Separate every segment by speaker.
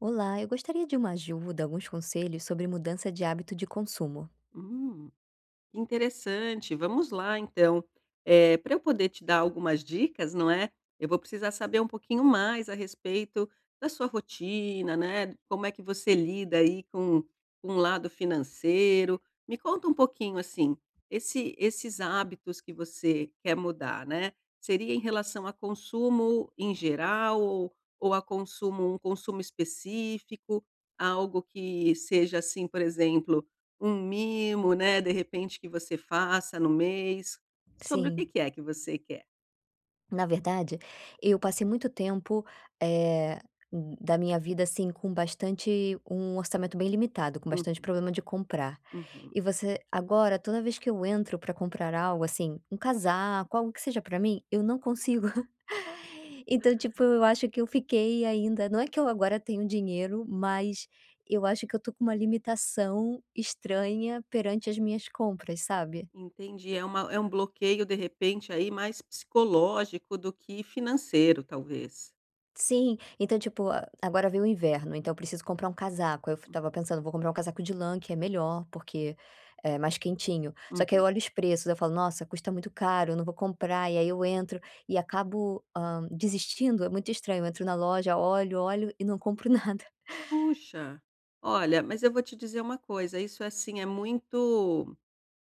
Speaker 1: Olá, eu gostaria de uma ajuda, alguns conselhos sobre mudança de hábito de consumo.
Speaker 2: Hum, que interessante. Vamos lá, então. Para eu poder te dar algumas dicas, não é, eu vou precisar saber um pouquinho mais a respeito da sua rotina, né, como é que você lida aí com o lado financeiro. Me conta um pouquinho, assim, esses hábitos que você quer mudar, né, seria em relação a consumo em geral ou a consumo um consumo específico? Algo que seja, assim, por exemplo, um mimo, né, de repente, que você faça no mês. Sobre o que
Speaker 1: Sim,
Speaker 2: que é que você quer?
Speaker 1: na verdade, eu passei muito tempo, eh, da minha vida, assim, com bastante um orçamento bem limitado, com
Speaker 2: Hum.
Speaker 1: bastante problema de comprar.
Speaker 2: Uhum.
Speaker 1: E você agora, toda vez que eu entro para comprar algo, assim, um casaco, algo que seja para mim, eu não consigo. Então, tipo, eu acho que eu fiquei ainda, não é que eu agora tenho dinheiro, mas eu acho que eu tô com uma limitação estranha perante as minhas compras, sabe.
Speaker 2: Entendi, é uma é um bloqueio, de repente, aí, mais psicológico do que financeiro, talvez.
Speaker 1: Sim, então, tipo, a agora veio o inverno, então eu preciso comprar um casaco. Eu f
Speaker 2: Hum.
Speaker 1: Estava pensando: "Vou comprar um casaco de lã, que é melhor, porque é mais quentinho". Só que aí eu
Speaker 2: Uhum.
Speaker 1: olho os preços, eu falo: "Nossa, custa muito caro, eu não vou comprar". E aí eu entro e acabo, desistindo. É muito estranho, eu entro na loja, olho, olho e não compro nada.
Speaker 2: Puxa, olha, mas eu vou te dizer uma coisa, isso é, assim, é muito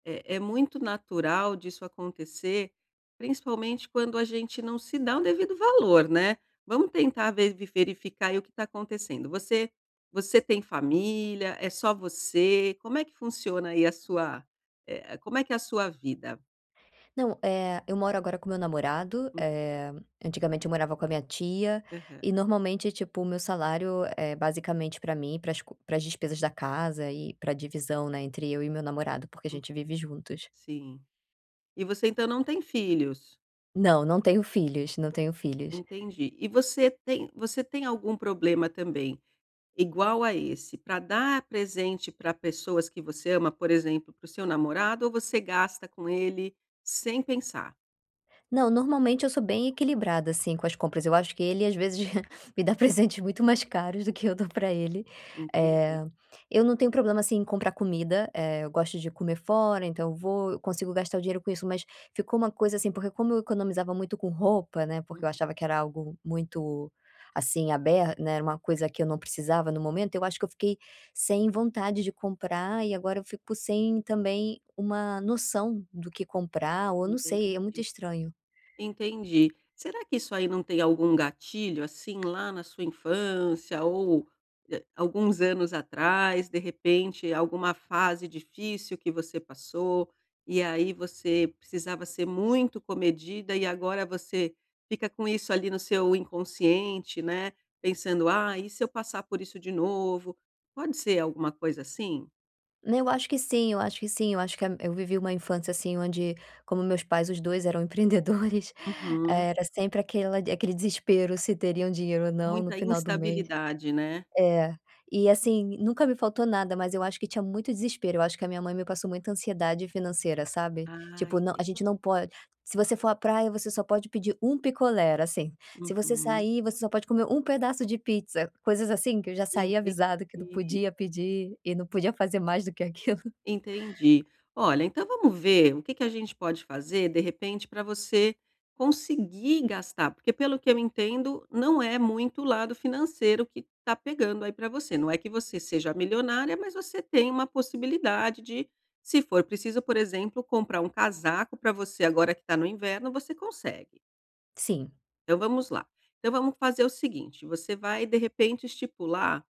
Speaker 2: É é muito natural disso acontecer, principalmente quando a gente não se dá um devido valor, né. Vamos tentar verificar aí o que está acontecendo. Você tem família? É só você? Como é que funciona aí a sua, como é que é a sua vida?
Speaker 1: Não, eu moro agora com meu namorado,
Speaker 2: Hum.
Speaker 1: antigamente eu morava com a minha tia,
Speaker 2: Aham.
Speaker 1: e normalmente, tipo, o meu salário é basicamente pra mim, para as despesas da casa e pra divisão, né, entre eu e meu namorado, porque a
Speaker 2: Hum.
Speaker 1: gente vive juntos.
Speaker 2: Sim. E você então não tem filhos?
Speaker 1: Não, não tenho filhos, não tenho filhos.
Speaker 2: Entendi. E você tem algum problema também, igual a esse, para dar presente para pessoas que você ama? Por exemplo, para o seu namorado, ou você gasta com ele sem pensar?
Speaker 1: Não, normalmente eu sou bem equilibrada, assim, com as compras. Eu acho que ele, às vezes, me dá presentes muito mais caros do que eu dou pra ele.
Speaker 2: Entendi.
Speaker 1: Eh, eu não tenho problema, assim, em comprar comida, eu gosto de comer fora, então eu consigo gastar o dinheiro com isso, mas ficou uma coisa assim, porque como eu economizava muito com roupa, né, porque eu
Speaker 2: Uhum.
Speaker 1: achava que era algo muito, assim, aberto, né, era uma coisa que eu não precisava no momento, eu acho que eu fiquei sem vontade de comprar e agora eu fico sem também uma noção do que comprar, ou eu não
Speaker 2: enten
Speaker 1: sei, é muito estranho.
Speaker 2: Entendi. Será que isso aí não tem algum gatilho, assim, lá na sua infância ou, alguns anos atrás, de repente, alguma fase difícil que você passou, e aí você precisava ser muito comedida e agora você fica com isso ali no seu inconsciente, né, pensando: "Ah, e se eu passar por isso de novo?". Pode ser alguma coisa assim?
Speaker 1: Né, eu acho que sim, eu acho que sim, eu acho que a eu vivi uma infância, assim, onde como meus pais os 2 eram empreendedores,
Speaker 2: Uhum.
Speaker 1: era sempre aquela aquele desespero se teriam dinheiro ou não no
Speaker 2: Muita
Speaker 1: final do mês.
Speaker 2: instabilidade, né?
Speaker 1: É. E assim, nunca me faltou nada, mas eu acho que tinha muito desespero, eu acho que a minha mãe me passou muita ansiedade financeira, sabe.
Speaker 2: Ah,
Speaker 1: Tipo, não, a
Speaker 2: entendi.
Speaker 1: gente não pode, se você for à praia, você só pode pedir um picolé, era assim. Se você
Speaker 2: Uhum.
Speaker 1: sair, você só pode comer um pedaço de pizza, coisas assim que eu já saí avisada que não
Speaker 2: Entendi.
Speaker 1: podia pedir e não podia fazer mais do que aquilo.
Speaker 2: Entendi. Olha, então vamos ver o que que a gente pode fazer, de repente, para você conseguir gastar, porque, pelo que eu entendo, não é muito o lado financeiro que está pegando aí para você. Não é que você seja milionária, mas você tem uma possibilidade de, se for preciso, por exemplo, comprar um casaco para você agora que está no inverno, você consegue.
Speaker 1: Sim.
Speaker 2: Então vamos lá. Então vamos fazer o seguinte: você vai, de repente, estipular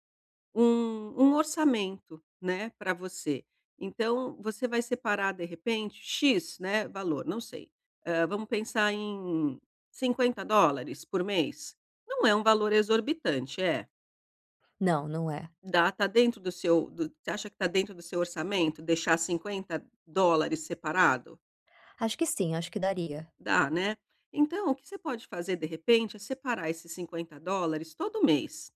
Speaker 2: um um orçamento, né, para você. Então, você vai separar, de repente, "X", né, valor, não sei, vamos pensar em $50 por mês. Não é um valor exorbitante, é,
Speaker 1: Não, não é.
Speaker 2: dá tá dentro do seu do você acha que tá dentro do seu orçamento deixar $50 separado?
Speaker 1: Acho que sim, acho que daria.
Speaker 2: Dá, né? Então, o que você pode fazer, de repente, é separar esses 50 dólares todo mês,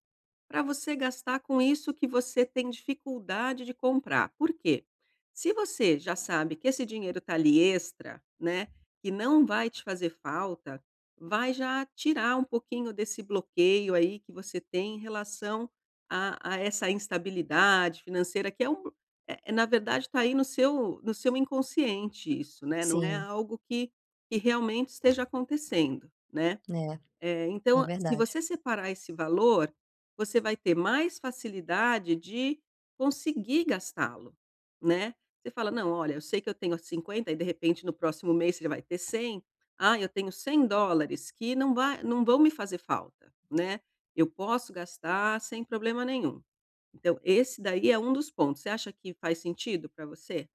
Speaker 2: para você gastar com isso que você tem dificuldade de comprar. Por quê? Se você já sabe que esse dinheiro está ali extra, né, que não vai te fazer falta, vai já tirar um pouquinho desse bloqueio aí que você tem em relação a essa instabilidade financeira, que é um. É- é, na verdade, está aí no no seu inconsciente isso, né? Não é
Speaker 1: Sim,
Speaker 2: algo que realmente esteja acontecendo, né.
Speaker 1: é,
Speaker 2: Eh,
Speaker 1: é
Speaker 2: então, se
Speaker 1: verdade.
Speaker 2: você separar esse valor, você vai ter mais facilidade de conseguir gastá-lo, né. Você fala: "Não, olha, eu sei que eu tenho 50 e de repente no próximo mês você vai ter 100. Ah, eu tenho $100 que não vão me fazer falta, né. Eu posso gastar sem problema nenhum". Então esse daí é um dos pontos. Você acha que faz sentido para você?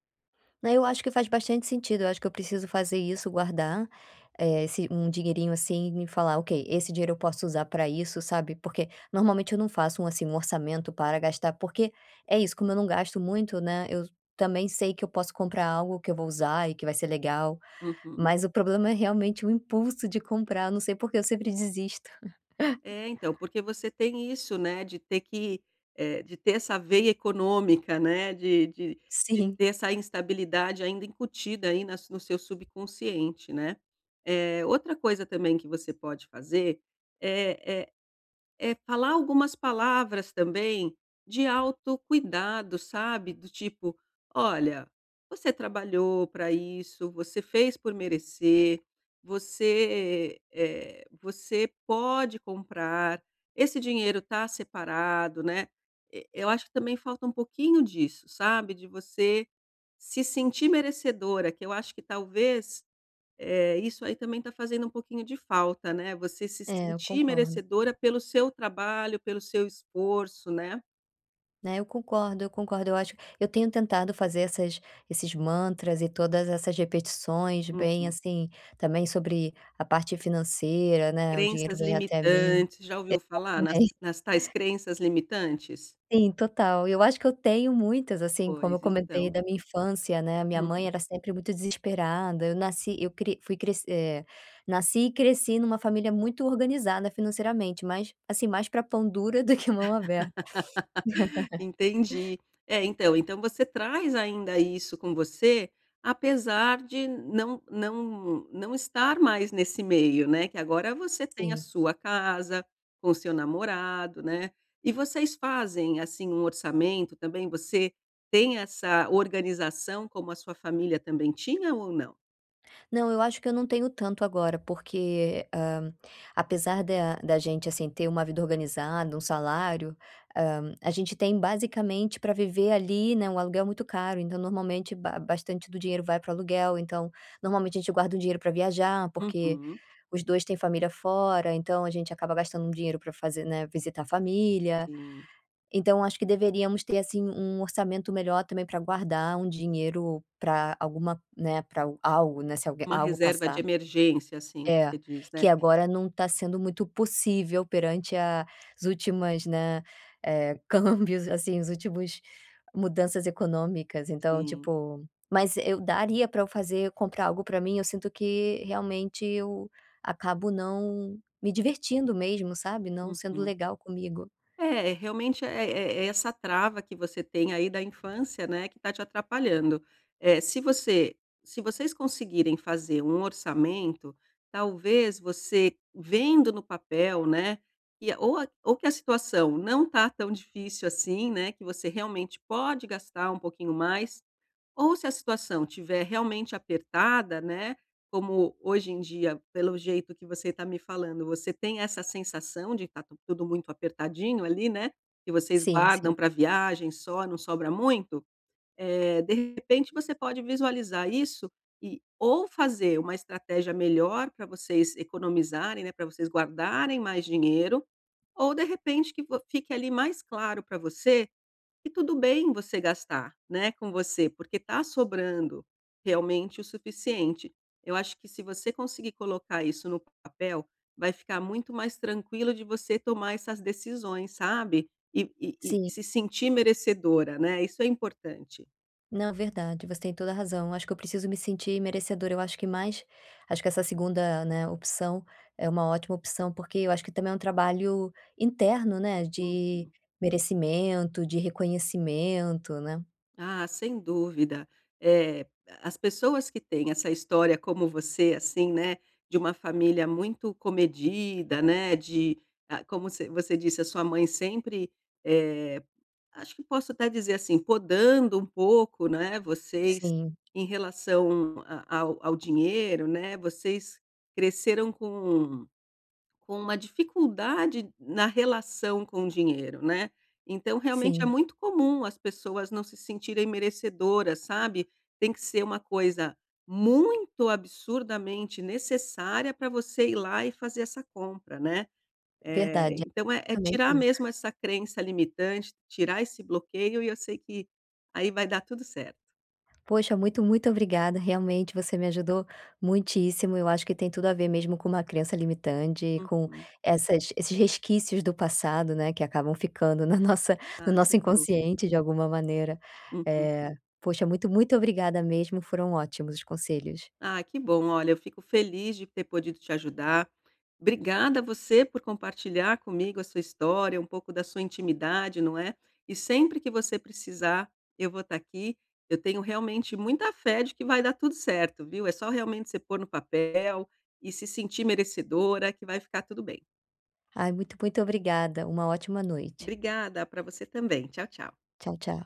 Speaker 1: Né, eu acho que faz bastante sentido, eu acho que eu preciso fazer isso, guardar, esse um dinheirinho, assim, e falar: "Ok, esse dinheiro eu posso usar para isso", sabe, porque normalmente eu não faço um, assim, um orçamento para gastar, porque é isso, como eu não gasto muito, né, eu também sei que eu posso comprar algo que eu vou usar e que vai ser legal,
Speaker 2: Uhum.
Speaker 1: mas o problema é realmente o impulso de comprar. Eu não sei por que eu sempre desisto.
Speaker 2: É, então, porque você tem isso, né, de ter que, de ter essa veia econômica, né, de de de
Speaker 1: Sim,
Speaker 2: ter essa instabilidade ainda incutida aí nas no seu subconsciente, né. Eh, outra coisa também que você pode fazer é É falar algumas palavras também de autocuidado, sabe, do tipo: "Olha, você trabalhou para isso, você fez por merecer, você, eh, você pode comprar, esse dinheiro está separado", né. E eu acho que também falta um pouquinho disso, sabe, de você se sentir merecedora, que eu acho que talvez, eh, isso aí também está fazendo um pouquinho de falta, né, você se
Speaker 1: é, eu
Speaker 2: sentir
Speaker 1: concordo.
Speaker 2: merecedora pelo seu trabalho, pelo seu esforço, né.
Speaker 1: Né, eu concordo, eu concordo. Eu acho, eu tenho tentado fazer essas esses mantras e todas essas repetições bem,
Speaker 2: Uhum.
Speaker 1: assim, também sobre a parte financeira, né, o dinheiro
Speaker 2: Crenças
Speaker 1: vem até mim.
Speaker 2: limitantes, já ouviu falar nas
Speaker 1: Também.
Speaker 2: nas tais crenças limitantes?
Speaker 1: Sim, total. E eu acho que eu tenho muitas, assim, como eu
Speaker 2: Pois
Speaker 1: comentei
Speaker 2: então.
Speaker 1: da minha infância, né, minha mãe
Speaker 2: Hum.
Speaker 1: era sempre muito desesperada, eu nasci eu cri fui cres eh, nasci e cresci numa família muito organizada financeiramente, mas, assim, mais para pão dura do que mão aberta,
Speaker 2: Entendi. É, então, então você traz ainda isso com você, apesar de não estar mais nesse meio, né, que agora você tem a
Speaker 1: sim.
Speaker 2: sua casa, com seu namorado, né. E vocês fazem, assim, um orçamento também? Você tem essa organização como a sua família também tinha ou não?
Speaker 1: Não, eu acho que eu não tenho tanto agora, porque, apesar da gente, assim, ter uma vida organizada, um salário, a gente tem basicamente para viver ali, né, um aluguel é muito caro, então normalmente ba bastante do dinheiro vai para o aluguel, então normalmente a gente guarda um dinheiro para viajar, porque
Speaker 2: Uhum.
Speaker 1: os 2 têm família fora, então a gente acaba gastando um dinheiro para fazer, né, visitar a família.
Speaker 2: Sim.
Speaker 1: Então acho que deveríamos ter, assim, um orçamento melhor também para guardar um dinheiro para alguma, né, para algo, né, se
Speaker 2: Uma
Speaker 1: algo
Speaker 2: reserva de
Speaker 1: passar.
Speaker 2: emergência, assim,
Speaker 1: É,
Speaker 2: você diz, né?
Speaker 1: que agora não está sendo muito possível perante a, as últimas, né, câmbios, assim, os últimos mudanças econômicas, então,
Speaker 2: Sim.
Speaker 1: tipo, mas eu daria para eu fazer comprar algo para mim, eu sinto que realmente eu acabo não me divertindo mesmo, sabe, não sendo
Speaker 2: Uhum.
Speaker 1: legal comigo.
Speaker 2: É, realmente é é essa trava que você tem aí da infância, né, que está te atrapalhando. Eh, se você se vocês conseguirem fazer um orçamento, talvez você, vendo no papel, né, que a ou que a situação não está tão difícil assim, né, que você realmente pode gastar um pouquinho mais, ou se a situação tiver realmente apertada, né, como hoje em dia, pelo jeito que você está me falando, você tem essa sensação de tá tu tudo muito apertadinho ali, né, que vocês
Speaker 1: Sim, sim.
Speaker 2: guardam para viagem só, não sobra muito, eh, de repente você pode visualizar isso e ou fazer uma estratégia melhor para vocês economizarem, né, para vocês guardarem mais dinheiro, ou de repente que vo fique ali mais claro para você e tudo bem você gastar, né, com você, porque está sobrando realmente o suficiente. Eu acho que se você conseguir colocar isso no papel, vai ficar muito mais tranquilo de você tomar essas decisões, sabe? E, e-
Speaker 1: Sim.
Speaker 2: e se sentir merecedora, né? Isso é importante.
Speaker 1: Não, verdade, você tem toda a razão. Acho que eu preciso me sentir merecedora. Eu acho que mais acho que essa segunda, né, opção é uma ótima opção, porque eu acho que também é um trabalho interno, né, de merecimento, de reconhecimento, né.
Speaker 2: Ah, sem dúvida. Eh, as pessoas que têm essa história como você, assim, né, de uma família muito comedida, né, de ah, como você disse, a sua mãe sempre, eh, acho que posso até dizer assim, podando um pouco, né, vocês
Speaker 1: Sim,
Speaker 2: em relação a ao ao dinheiro, né, vocês cresceram com uma dificuldade na relação com o dinheiro, né. Então realmente é
Speaker 1: sim,
Speaker 2: muito comum as pessoas não se sentirem merecedoras, sabe. Tem que ser uma coisa muito absurdamente necessária para você ir lá e fazer essa compra, né. Eh,
Speaker 1: verdade. É
Speaker 2: então é
Speaker 1: basicamente
Speaker 2: tirar mesmo essa crença limitante, tirar esse bloqueio e eu sei que aí vai dar tudo certo.
Speaker 1: Poxa, muito, muito obrigada. Realmente você me ajudou muitíssimo. Eu acho que tem tudo a ver mesmo com uma crença limitante, com
Speaker 2: Uhum.
Speaker 1: essas esses resquícios do passado, né, que acabam ficando na nossa, no
Speaker 2: Ah,
Speaker 1: nosso
Speaker 2: sem dúvida.
Speaker 1: inconsciente de alguma maneira.
Speaker 2: Hum.
Speaker 1: Eh, poxa, muito, muito obrigada mesmo. Foram ótimos os conselhos.
Speaker 2: Ah, que bom. Olha, eu fico feliz de ter podido te ajudar. Obrigada a você por compartilhar comigo a sua história, um pouco da sua intimidade, não é? E sempre que você precisar, eu vou estar aqui. Eu tenho realmente muita fé de que vai dar tudo certo, viu? É só realmente você pôr no papel e se sentir merecedora que vai ficar tudo bem.
Speaker 1: Ai, muito, muito obrigada. Uma ótima noite.
Speaker 2: Obrigada para você também. Tchau, tchau.
Speaker 1: Tchau, tchau.